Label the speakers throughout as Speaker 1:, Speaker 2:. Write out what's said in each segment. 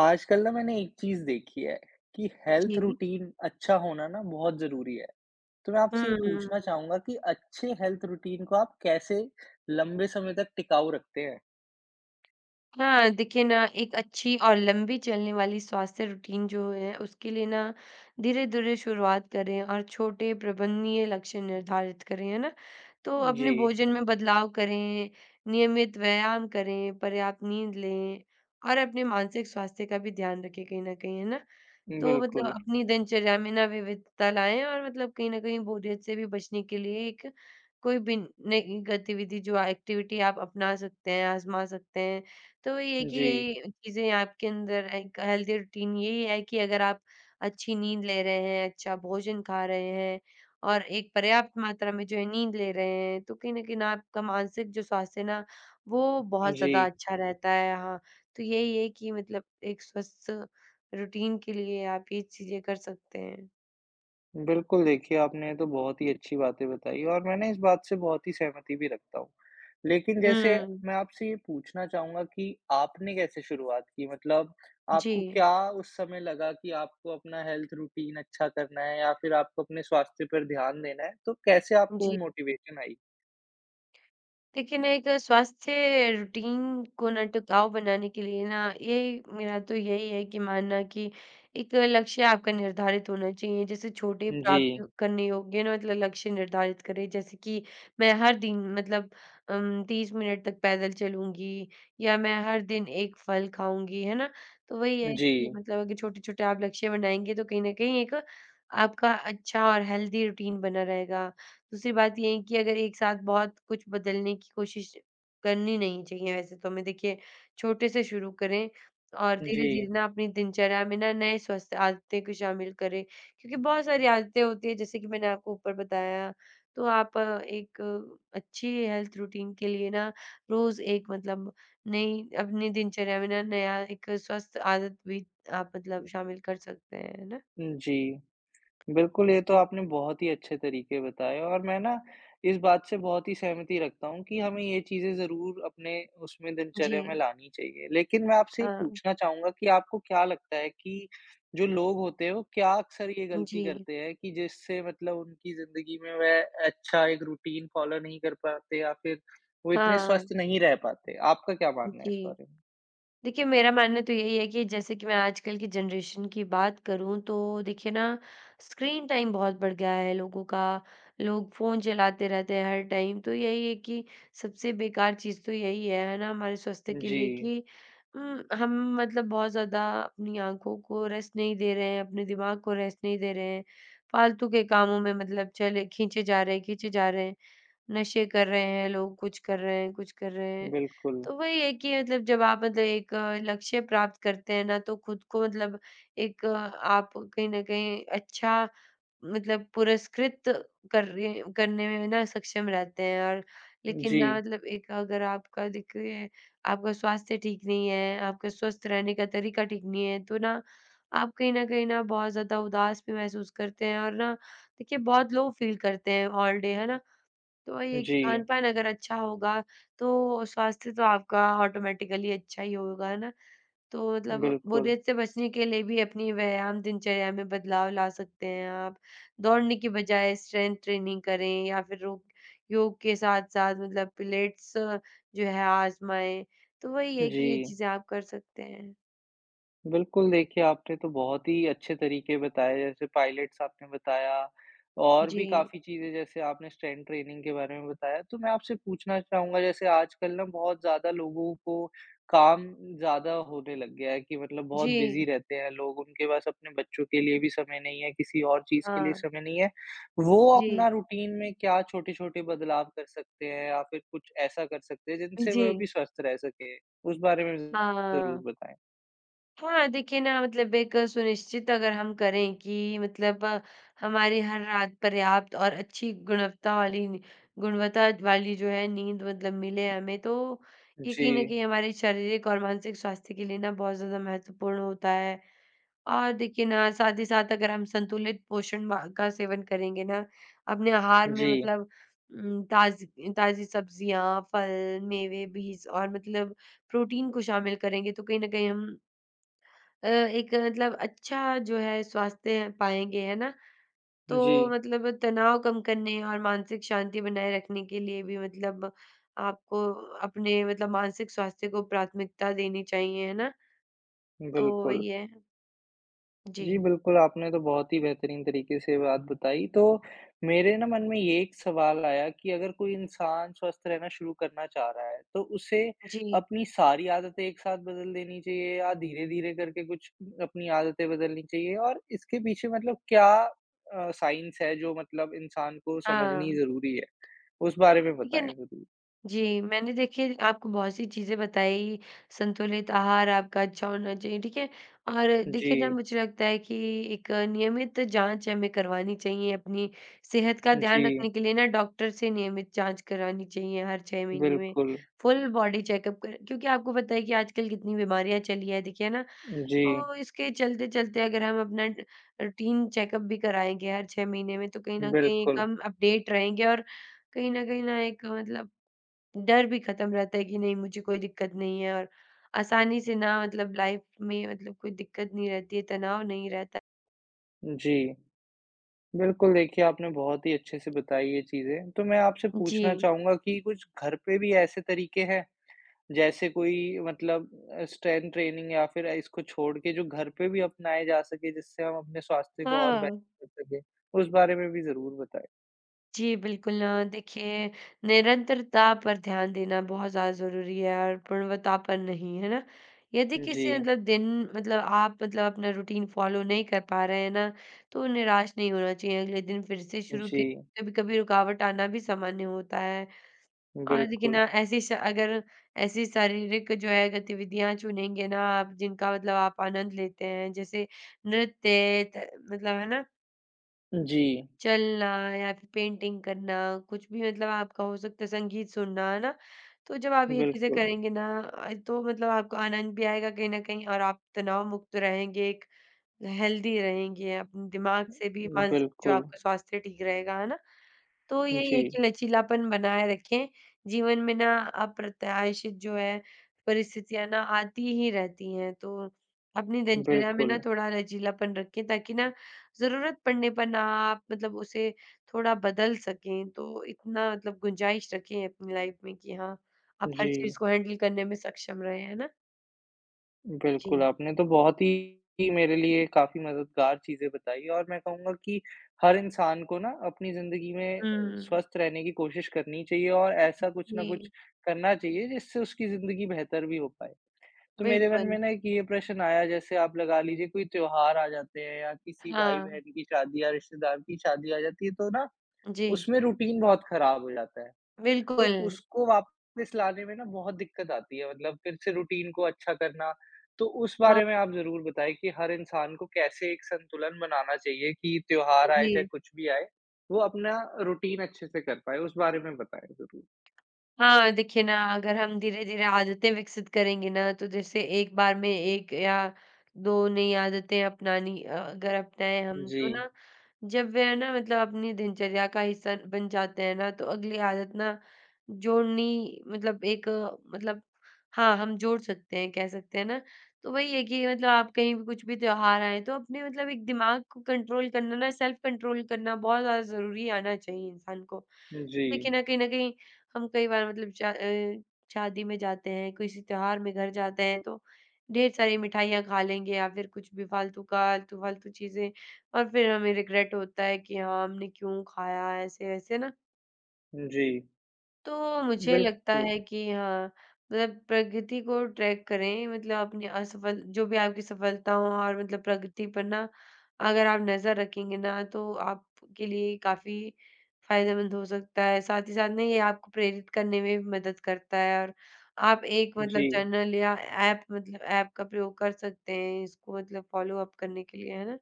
Speaker 1: आजकल ना मैंने एक चीज देखी है कि हेल्थ
Speaker 2: जी।
Speaker 1: रूटीन अच्छा होना ना बहुत जरूरी है। तो मैं आपसे ये पूछना
Speaker 2: हुँ।
Speaker 1: चाहूंगा कि अच्छे हेल्थ रूटीन को आप कैसे लंबे समय तक टिकाऊ रखते हैं।
Speaker 2: हाँ, देखिए ना एक अच्छी और लंबी चलने वाली स्वास्थ्य रूटीन जो है उसके लिए ना धीरे-धीरे शुरुआत करें और छोटे प्रबंधनीय लक्ष्य निर्धारित करें, है ना? तो
Speaker 1: जी।
Speaker 2: अपने भोजन में बदलाव करें, नियमित व्यायाम करें, पर्याप्त नींद लें और अपने मानसिक स्वास्थ्य का भी ध्यान रखें कहीं न कहीं, है ना? तो मतलब
Speaker 1: बिल्कुल।
Speaker 2: अपनी दिनचर्या में ना विविधता लाएँ और मतलब कहीं न कहीं बोरियत से भी बचने के लिए एक कोई भी नई गतिविधि जो एक्टिविटी आप अपना सकते हैं, आज़मा सकते हैं। तो ये है कि
Speaker 1: जी।
Speaker 2: ये चीज़ें आपके अंदर एक हेल्दी रूटीन यही है कि अगर आप अच्छी नींद ले रहे हैं, अच्छा भोजन खा रहे हैं और एक पर्याप्त मात्रा में जो है नींद ले रहे हैं, तो कहीं न कहीं ना आपका मानसिक जो स्वास्थ्य है ना, वो बहुत
Speaker 1: जी।
Speaker 2: ज़्यादा अच्छा रहता है। हाँ, तो यही है कि मतलब एक स्वस्थ रूटीन के लिए आप ये चीज़ें कर सकते हैं।
Speaker 1: बिल्कुल, देखिए आपने तो बहुत ही अच्छी बातें बताई और मैं ना इस बात से बहुत ही सहमति भी रखता हूँ। लेकिन जैसे
Speaker 2: हुँ।
Speaker 1: मैं आपसे ये पूछना चाहूँगा कि आपने कैसे शुरुआत की? मतलब आपको
Speaker 2: जी,
Speaker 1: क्या उस समय लगा कि आपको अपना हेल्थ रूटीन अच्छा करना है या फिर आपको अपने स्वास्थ्य पर ध्यान देना है? तो कैसे आपको वो
Speaker 2: जी।
Speaker 1: Motivation I?
Speaker 2: देखिए ना, एक स्वास्थ्य रूटीन को ना टिकाऊ बनाने के लिए ना ये मेरा तो यही है कि मानना कि एक लक्ष्य आपका निर्धारित होना चाहिए। जैसे छोटे
Speaker 1: जी।
Speaker 2: प्राप्त करने योग्य ना मतलब लक्ष्य निर्धारित करें। जैसे कि मैं हर दिन मतलब 30 मिनट तक पैदल चलूँगी या मैं हर दिन एक फल खाऊँगी, है ना? तो वही है
Speaker 1: जी।
Speaker 2: कि मतलब अगर छोटे-छोटे आप लक्ष्य बनाएँगे तो कहीं न कहीं एक आपका अच्छा और हेल्दी रूटीन बना रहेगा। दूसरी बात ये है कि अगर एक साथ बहुत कुछ बदलने की कोशिश करनी नहीं चाहिए वैसे तो हमें देखिए छोटे से शुरू करें और
Speaker 1: जी।
Speaker 2: धीरे-धीरे ना अपनी दिनचर्या में ना नए स्वस्थ आदतें को शामिल करें। क्योंकि बहुत सारी आदतें होती हैं जैसे कि मैंने आपको ऊपर बताया। तो आप एक अच्छी हेल्थ रूटीन के लिए ना रोज़ एक मतलब नई अपनी दिनचर्या में ना नया एक स्वस्थ आदत भी आप मतलब शामिल कर सकते हैं, है ना?
Speaker 1: जी। बिल्कुल, ये तो
Speaker 2: जी।
Speaker 1: आपने बहुत ही अच्छे तरीके बताए और मैं ना इस बात से बहुत ही सहमति रखता हूँ कि हमें ये चीज़ें ज़रूर अपने उसमें
Speaker 2: जी।
Speaker 1: दिनचर्या में लानी चाहिए। लेकिन मैं आपसे ये
Speaker 2: हाँ।
Speaker 1: पूछना चाहूँगा कि आपको क्या लगता है कि जो लोग होते हैं, वो क्या अक्सर ये गलती
Speaker 2: जी।
Speaker 1: करते हैं कि जिससे मतलब उनकी ज़िंदगी में वह अच्छा एक रूटीन फ़ॉलो नहीं कर पाते या फिर वो इतने
Speaker 2: हाँ।
Speaker 1: स्वस्थ नहीं रह पाते? आपका क्या मानना है
Speaker 2: जी।
Speaker 1: इस बारे में?
Speaker 2: देखिए, मेरा मानना तो यही है कि जैसे कि मैं आजकल की जनरेशन की बात करूँ तो देखिए ना स्क्रीन टाइम बहुत बढ़ गया है लोगों का। लोग फ़ोन चलाते रहते हैं हर टाइम, तो यही है कि सबसे बेकार चीज़ तो यही है ना? हमारे स्वास्थ्य के
Speaker 1: जी,
Speaker 2: लिए कि हम मतलब बहुत ज़्यादा अपनी आँखों को रेस्ट नहीं दे रहे हैं, अपने दिमाग को रेस्ट नहीं दे रहे हैं। फालतू के कामों में मतलब चले खींचे जा रहे हैं खींचे जा रहे हैं। नशे कर रहे हैं लोग, कुछ कर रहे हैं, कुछ कर रहे हैं।
Speaker 1: बिल्कुल।
Speaker 2: तो वही है कि मतलब जब आप मतलब एक लक्ष्य प्राप्त करते हैं ना तो खुद को मतलब एक आप कहीं न कहीं अच्छा मतलब पुरस्कृत कर रहे करने में ना सक्षम रहते हैं। और लेकिन
Speaker 1: जी,
Speaker 2: ना मतलब एक अगर आपका देखिए आपका स्वास्थ्य ठीक नहीं है, आपका स्वस्थ रहने का तरीका ठीक नहीं है, तो ना आप कहीं न कहीं ना बहुत ज़्यादा उदास भी महसूस करते हैं और ना देखिए बहुत लो फील करते हैं ऑल डे, है ना? तो वही है कि
Speaker 1: जी,
Speaker 2: खान-पान अगर अच्छा होगा, तो स्वास्थ्य तो आपका ऑटोमैटिकली अच्छा ही होगा, है ना? तो मतलब
Speaker 1: बिल्कुल।
Speaker 2: बोरियत से बचने के लिए भी अपनी व्यायाम दिनचर्या में बदलाव ला सकते हैं आप। दौड़ने की बजाय स्ट्रेंथ ट्रेनिंग करें या फिर योग योग के साथ-साथ मतलब पिलेट्स जो है आज़माएँ। तो वही है
Speaker 1: जी।
Speaker 2: कि ये चीज़ें आप कर सकते हैं।
Speaker 1: बिल्कुल, देखिए आपने तो बहुत ही अच्छे तरीके बताए जैसे पायलट्स आपने बताया और भी
Speaker 2: जी।
Speaker 1: काफ़ी चीज़ें जैसे आपने स्ट्रेंथ ट्रेनिंग के बारे में बताया। तो मैं आपसे पूछना चाहूँगा जैसे आजकल ना बहुत ज़्यादा लोगों को काम ज़्यादा होने लग गया है कि मतलब बहुत बिज़ी
Speaker 2: जी।
Speaker 1: रहते हैं लोग, उनके पास अपने बच्चों के लिए भी समय नहीं है, किसी और चीज़ के लिए
Speaker 2: हाँ।
Speaker 1: समय नहीं है। वो
Speaker 2: जी।
Speaker 1: अपना रूटीन में क्या छोटे-छोटे बदलाव कर सकते हैं या फिर कुछ ऐसा कर सकते हैं जिनसे
Speaker 2: जी।
Speaker 1: वह भी स्वस्थ रह सकें? उस बारे में ज़रूर
Speaker 2: हाँ।
Speaker 1: बताएँ।
Speaker 2: हाँ, देखिए ना मतलब एक सुनिश्चित अगर हम करें कि मतलब हमारी हर रात पर्याप्त और अच्छी गुणवत्ता वाली जो है नींद मतलब मिले हमें, तो ये
Speaker 1: जी।
Speaker 2: कहीं न कहीं हमारे शारीरिक और मानसिक स्वास्थ्य के लिए ना बहुत ज़्यादा महत्वपूर्ण होता है। और देखिए ना साथ ही साथ अगर हम संतुलित पोषण मा का सेवन करेंगे ना, अपने आहार में
Speaker 1: जी,
Speaker 2: मतलब ताज़ी ताज़ी सब्जियाँ, फल, मेवे, बीज और मतलब प्रोटीन को शामिल करेंगे, तो कहीं न कहीं हम एक मतलब अच्छा जो है स्वास्थ्य पाएँगे, है ना?
Speaker 1: जी,
Speaker 2: तो मतलब तनाव कम करने और मानसिक शांति बनाए रखने के लिए भी मतलब आपको अपने मतलब मानसिक स्वास्थ्य को प्राथमिकता देनी चाहिए, है ना? तो
Speaker 1: बिल्कुल।
Speaker 2: वही है। जी।
Speaker 1: जी, बिल्कुल, आपने तो बहुत ही बेहतरीन तरीके से बात बताई। तो मेरे ना मन में ये एक सवाल आया कि अगर कोई इंसान स्वस्थ रहना शुरू करना चाह रहा है, तो उसे
Speaker 2: जी,
Speaker 1: अपनी सारी आदतें एक साथ बदल देनी चाहिए या धीरे-धीरे करके कुछ अपनी आदतें बदलनी चाहिए? और इसके पीछे मतलब क्या साइंस है जो मतलब इंसान को समझनी
Speaker 2: हाँ।
Speaker 1: ज़रूरी है? उस बारे में
Speaker 2: लेकिन
Speaker 1: बताएँ ज़रूर।
Speaker 2: जी, मैंने देखिए आपको बहुत सी चीज़ें बताई, संतुलित आहार आपका अच्छा होना चाहिए, ठीक है? और देखिए ना
Speaker 1: जी,
Speaker 2: मुझे लगता है कि एक नियमित जाँच हमें करवानी चाहिए अपनी सेहत का ध्यान
Speaker 1: जी,
Speaker 2: रखने के लिए ना, डॉक्टर से नियमित जाँच करानी चाहिए हर 6 महीने में।
Speaker 1: बिल्कुल।
Speaker 2: फुल बॉडी चेकअप कर क्योंकि आपको पता है कि आजकल कितनी बीमारियाँ चली है देखिए, है ना?
Speaker 1: जी,
Speaker 2: तो इसके चलते-चलते अगर हम अपना ड रूटीन चेकअप भी कराएँगे हर 6 महीने में तो कहीं न कहीं एक
Speaker 1: बिल्कुल।
Speaker 2: हम अपडेट रहेंगे और कहीं न कहीं ना एक मतलब डर भी खत्म रहता है कि नहीं मुझे कोई दिक्कत नहीं है और आसानी से ना मतलब लाइफ में मतलब कोई दिक्कत नहीं रहती है, तनाव नहीं रहता।
Speaker 1: जी। बिल्कुल, देखिए आपने बहुत ही अच्छे से बताई ये चीज़ें। तो मैं आपसे पूछना
Speaker 2: जी।
Speaker 1: चाहूँगा कि कुछ घर पे भी ऐसे तरीके हैं, जैसे कोई मतलब स्ट्रेंथ ट्रेनिंग या फिर इसको छोड़ के जो घर पे भी अपनाए जा सके, जिससे हम अपने स्वास्थ्य को और
Speaker 2: हाँ।
Speaker 1: बेहतर कर सकें? उस बारे में भी ज़रूर बताएँ।
Speaker 2: जी, बिल्कुल ना देखिए निरंतरता पर ध्यान देना बहुत ज़्यादा ज़रूरी है और पूर्णवता पर नहीं, है ना? यदि
Speaker 1: जी,
Speaker 2: किसी मतलब दिन मतलब आप मतलब अपना रूटीन फ़ॉलो नहीं कर पा रहे हैं ना, तो निराश नहीं होना चाहिए। अगले दिन फिर से शुरू
Speaker 1: जी,
Speaker 2: कीजिए, कभी-कभी रुकावट आना भी सामान्य होता है। और देखिए
Speaker 1: बिल्कुल।
Speaker 2: ना ऐसी श अगर ऐसी शारीरिक जो है गतिविधियाँ चुनेंगे ना आप जिनका मतलब आप आनंद लेते हैं जैसे नृत्य त मतलब है ना,
Speaker 1: जी,
Speaker 2: चलना या फिर पेंटिंग करना, कुछ भी मतलब आपका हो सकता है संगीत सुनना, है ना? तो जब आप ये चीज़ें
Speaker 1: बिल्कुल,
Speaker 2: करेंगे ना तो मतलब आपको आनंद भी आएगा कहीं न कहीं और आप तनाव मुक्त रहेंगे, एक हेल्दी रहेंगे, अपने दिमाग से भी मानसिक जो
Speaker 1: बिल्कुल।
Speaker 2: आपका स्वास्थ्य ठीक रहेगा, है ना? तो यही है
Speaker 1: जी,
Speaker 2: कि लचीलापन बनाए रखें। जीवन में ना अप्रत्याशित जो है परिस्थितियाँ ना आती ही रहती हैं, तो अपनी दिनचर्या में
Speaker 1: बिल्कुल।
Speaker 2: ना थोड़ा लचीलापन रखें ताकि ना ज़रूरत पड़ने पर ना आप मतलब उसे थोड़ा बदल सकें। तो इतना मतलब गुंजाइश रखें अपनी लाइफ़ में कि हाँ, आप
Speaker 1: जी।
Speaker 2: हर चीज़ को हैंडल करने में सक्षम रहें, है ना? जी।
Speaker 1: बिल्कुल, आपने तो बहुत ही मेरे लिए काफ़ी मददगार चीज़ें बताई और मैं कहूँगा कि हर इंसान को ना अपनी ज़िंदगी में
Speaker 2: हुँ,
Speaker 1: स्वस्थ रहने की कोशिश करनी चाहिए और ऐसा कुछ ना कुछ
Speaker 2: जी,
Speaker 1: करना चाहिए जिससे उसकी ज़िंदगी बेहतर भी हो पाए। तो मेरे मन में
Speaker 2: बिल्कुल।
Speaker 1: ना एक ये प्रश्न आया जैसे आप लगा लीजिए कोई त्योहार आ जाते हैं या किसी
Speaker 2: हाँ,
Speaker 1: भाई-बहन की शादी या रिश्तेदार की शादी आ जाती है तो ना
Speaker 2: जी,
Speaker 1: उसमें रूटीन बहुत खराब हो जाता है। तो
Speaker 2: बिल्कुल।
Speaker 1: उसको वापस लाने में ना बहुत दिक्कत आती है मतलब फिर से रूटीन को अच्छा करना। तो उस
Speaker 2: हाँ,
Speaker 1: बारे में आप ज़रूर बताएँ कि हर इंसान को कैसे एक संतुलन बनाना चाहिए कि त्योहार आए
Speaker 2: जी।
Speaker 1: चाहे कुछ भी आए, वो अपना रूटीन अच्छे से कर पाए? उस बारे में बताएँ ज़रूर।
Speaker 2: हाँ, देखिए ना अगर हम धीरे-धीरे आदतें विकसित करेंगे ना तो जैसे एक बार में 1 या 2 नई आदतें अपनानी अगर अपनाएँ हम
Speaker 1: जी।
Speaker 2: तो ना जब वे है ना मतलब अपनी दिनचर्या का हिस्सा बन जाते हैं ना तो अगली आदत ना जोड़नी मतलब एक मतलब हाँ, हम जोड़ सकते हैं कह सकते हैं ना। तो वही है कि मतलब आप कहीं भी कुछ भी त्योहार आएँ तो अपने मतलब एक दिमाग को कंट्रोल करना ना सेल्फ कंट्रोल करना बहुत ज़्यादा ज़रूरी आना चाहिए इंसान को।
Speaker 1: जी।
Speaker 2: देखिए ना कहीं न कहीं हम कई बार मतलब शादी में जाते हैं, किसी त्योहार में घर जाते हैं तो ढेर सारी मिठाइयाँ खा लेंगे या फिर कुछ भी फालतू का आलतू-फालतू चीज़ें, और फिर हमें रिग्रेट होता है कि हाँ, हमने क्यों खाया ऐसे-वैसे ना।
Speaker 1: जी।
Speaker 2: तो मुझे लगता
Speaker 1: बिल्कुल।
Speaker 2: है कि हाँ, मतलब प्रगति को ट्रैक करें मतलब अपनी असफल जो भी आपकी सफलता हो और मतलब प्रगति पर ना अगर आप नज़र रखेंगे ना तो आपके लिए काफ़ी फायदेमंद हो सकता है। साथ ही साथ ना ये आपको प्रेरित करने में भी मदद करता है और आप एक
Speaker 1: जी।
Speaker 2: मतलब जर्नल या ऐप मतलब ऐप का प्रयोग कर सकते हैं इसको मतलब फ़ॉलो अप करने के लिए, है ना?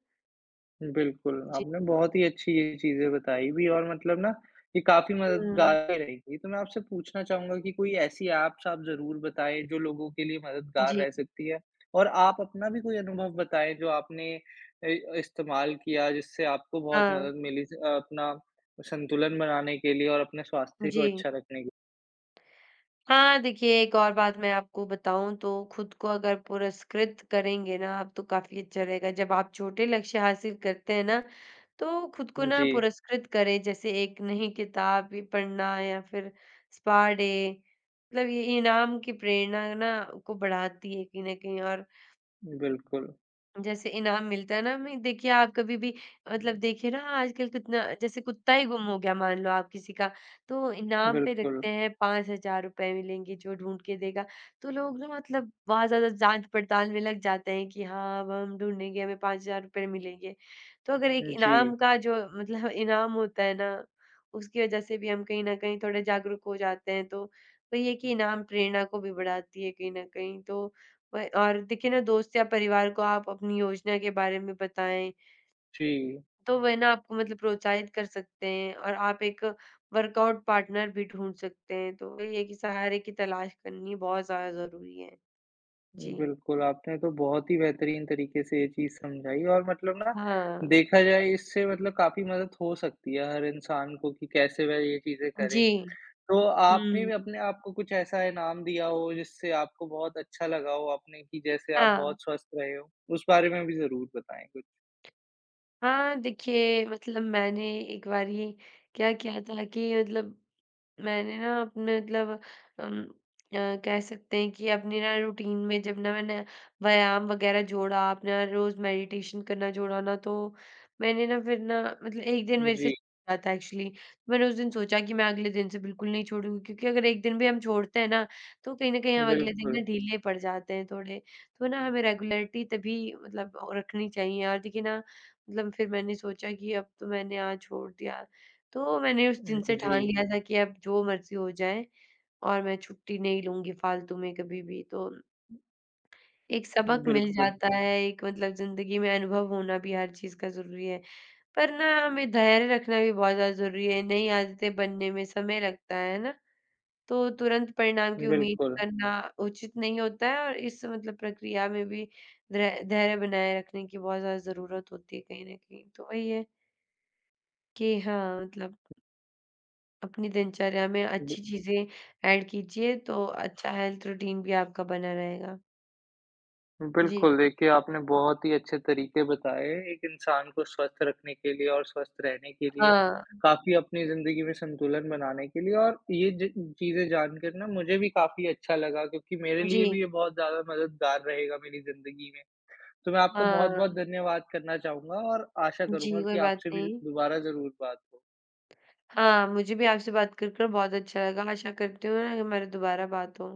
Speaker 1: बिल्कुल,
Speaker 2: जी।
Speaker 1: आपने बहुत ही अच्छी ये चीज़ें बताई भी और मतलब ना ये काफ़ी मददगार
Speaker 2: हुँ।
Speaker 1: भी रहेगी। तो मैं आपसे पूछना चाहूँगा कि कोई ऐसी ऐप्स आप ज़रूर बताएँ जो लोगों के लिए मददगार
Speaker 2: जी।
Speaker 1: रह सकती है? और आप अपना भी कोई अनुभव बताएँ जो आपने इस्तेमाल किया जिससे आपको बहुत
Speaker 2: हाँ।
Speaker 1: मदद मिली स अपना संतुलन बनाने के लिए और अपने स्वास्थ्य को
Speaker 2: जी।
Speaker 1: अच्छा रखने के
Speaker 2: हाँ, देखिए एक और बात मैं आपको बताऊँ तो खुद को अगर पुरस्कृत करेंगे ना आप तो काफ़ी अच्छा रहेगा। जब आप छोटे लक्ष्य हासिल करते हैं ना, तो खुद को
Speaker 1: लिए।
Speaker 2: ना
Speaker 1: जी,
Speaker 2: पुरस्कृत करें जैसे एक नई किताब ये पढ़ना या फिर स्पा डे, मतलब ये इनाम की प्रेरणा ना को बढ़ाती है कहीं न कहीं। और
Speaker 1: बिल्कुल,
Speaker 2: जैसे इनाम मिलता है ना हमें, देखिए आप कभी भी मतलब देखिए ना आजकल कितना जैसे कुत्ता ही गुम हो गया मान लो आप किसी का, तो इनाम पे
Speaker 1: बिल्कुल।
Speaker 2: रखते हैं 5,000 रुपए मिलेंगे जो ढूंढ के देगा। तो लोग ना मतलब बहुत ज्यादा जांच पड़ताल में लग जाते हैं कि हाँ अब हम ढूंढेंगे हमें 5,000 रुपए मिलेंगे। तो अगर एक
Speaker 1: जी,
Speaker 2: इनाम का जो मतलब इनाम होता है ना उसकी वजह से भी हम कहीं ना कहीं थोड़े जागरूक हो जाते हैं। तो वही है कि इनाम प्रेरणा को भी बढ़ाती है कहीं ना कहीं। तो व और देखिए ना दोस्त या परिवार को आप अपनी योजना के बारे में बताएँ,
Speaker 1: जी।
Speaker 2: तो वह ना आपको मतलब प्रोत्साहित कर सकते हैं और आप एक वर्कआउट पार्टनर भी ढूँढ सकते हैं, तो वही है कि सहारे की तलाश करनी बहुत ज़्यादा ज़रूरी है। जी।
Speaker 1: बिल्कुल, आपने तो बहुत ही बेहतरीन तरीके से ये चीज़ समझाई और मतलब ना
Speaker 2: हाँ।
Speaker 1: देखा जाए इससे मतलब काफ़ी मदद हो सकती है हर इंसान को कि कैसे वह ये चीज़ें करे।
Speaker 2: जी।
Speaker 1: तो
Speaker 2: हुँ।
Speaker 1: आपने भी अपने आप को कुछ ऐसा इनाम दिया हो जिससे आपको बहुत अच्छा लगा हो आपने कि जैसे आप
Speaker 2: हाँ।
Speaker 1: बहुत स्वस्थ रहे हो? उस बारे में भी ज़रूर बताएँ कुछ।
Speaker 2: हाँ, देखिए मतलब मैंने एक बारी क्या किया था कि मतलब मैंने ना अपने मतलब कह सकते हैं कि अपनी ना रूटीन में जब ना मैंने व्यायाम वगैरह जोड़ा, अपना रोज मेडिटेशन करना जोड़ा ना, तो मैंने ना फिर ना मतलब एक दिन मेरे से
Speaker 1: जी,
Speaker 2: छूटा था एक्चुअली, तो मैंने उस दिन सोचा कि मैं अगले दिन से बिल्कुल नहीं छोड़ूंगी क्योंकि अगर एक दिन भी हम छोड़ते हैं ना तो कहीं ना कहीं हम अगले दिन
Speaker 1: बिल्कुल।
Speaker 2: ना ढीले पड़ जाते हैं थोड़े। तो ना हमें रेगुलरिटी तभी मतलब रखनी चाहिए। और देखिए ना मतलब फिर मैंने सोचा कि अब तो मैंने आज छोड़ दिया, तो मैंने उस दिन से
Speaker 1: जी,
Speaker 2: ठान लिया था कि अब जो मर्ज़ी हो जाए और मैं छुट्टी नहीं लूँगी फालतू में कभी भी। तो एक सबक मिल
Speaker 1: बिल्कुल,
Speaker 2: जाता है, एक मतलब ज़िंदगी में अनुभव होना भी हर चीज़ का ज़रूरी है। पर ना हमें धैर्य रखना भी बहुत ज़्यादा ज़रूरी है, नई आदतें बनने में समय लगता है ना? तो तुरंत परिणाम की उम्मीद
Speaker 1: बिल्कुल।
Speaker 2: करना उचित नहीं होता है और इस मतलब प्रक्रिया में भी धै धैर्य बनाए रखने की बहुत ज़्यादा ज़रूरत होती है कहीं न कहीं। तो वही है कि हाँ, मतलब अपनी दिनचर्या में अच्छी चीज़ें ऐड कीजिए, तो अच्छा हेल्थ रूटीन भी आपका बना रहेगा। जी।
Speaker 1: बिल्कुल, देखिए आपने बहुत ही अच्छे तरीके बताए, एक इंसान को स्वस्थ रखने के लिए और स्वस्थ रहने के लिए,
Speaker 2: हाँ।
Speaker 1: काफ़ी अपनी ज़िंदगी में संतुलन बनाने के लिए और ये ज चीज़ें जानकर ना मुझे भी काफ़ी अच्छा लगा क्योंकि मेरे लिए
Speaker 2: जी,
Speaker 1: भी ये बहुत ज़्यादा मददगार रहेगा मेरी ज़िंदगी में। तो मैं आपका बहुत-बहुत
Speaker 2: हाँ।
Speaker 1: धन्यवाद करना चाहूँगा और आशा
Speaker 2: जी,
Speaker 1: करूँगा
Speaker 2: कोई
Speaker 1: कि
Speaker 2: बात
Speaker 1: आपसे भी
Speaker 2: नहीं।
Speaker 1: दोबारा ज़रूर बात हो।
Speaker 2: हाँ, मुझे भी आपसे बात कर बहुत अच्छा लगा। आशा करती हूँ ना हमारी दोबारा बात हो।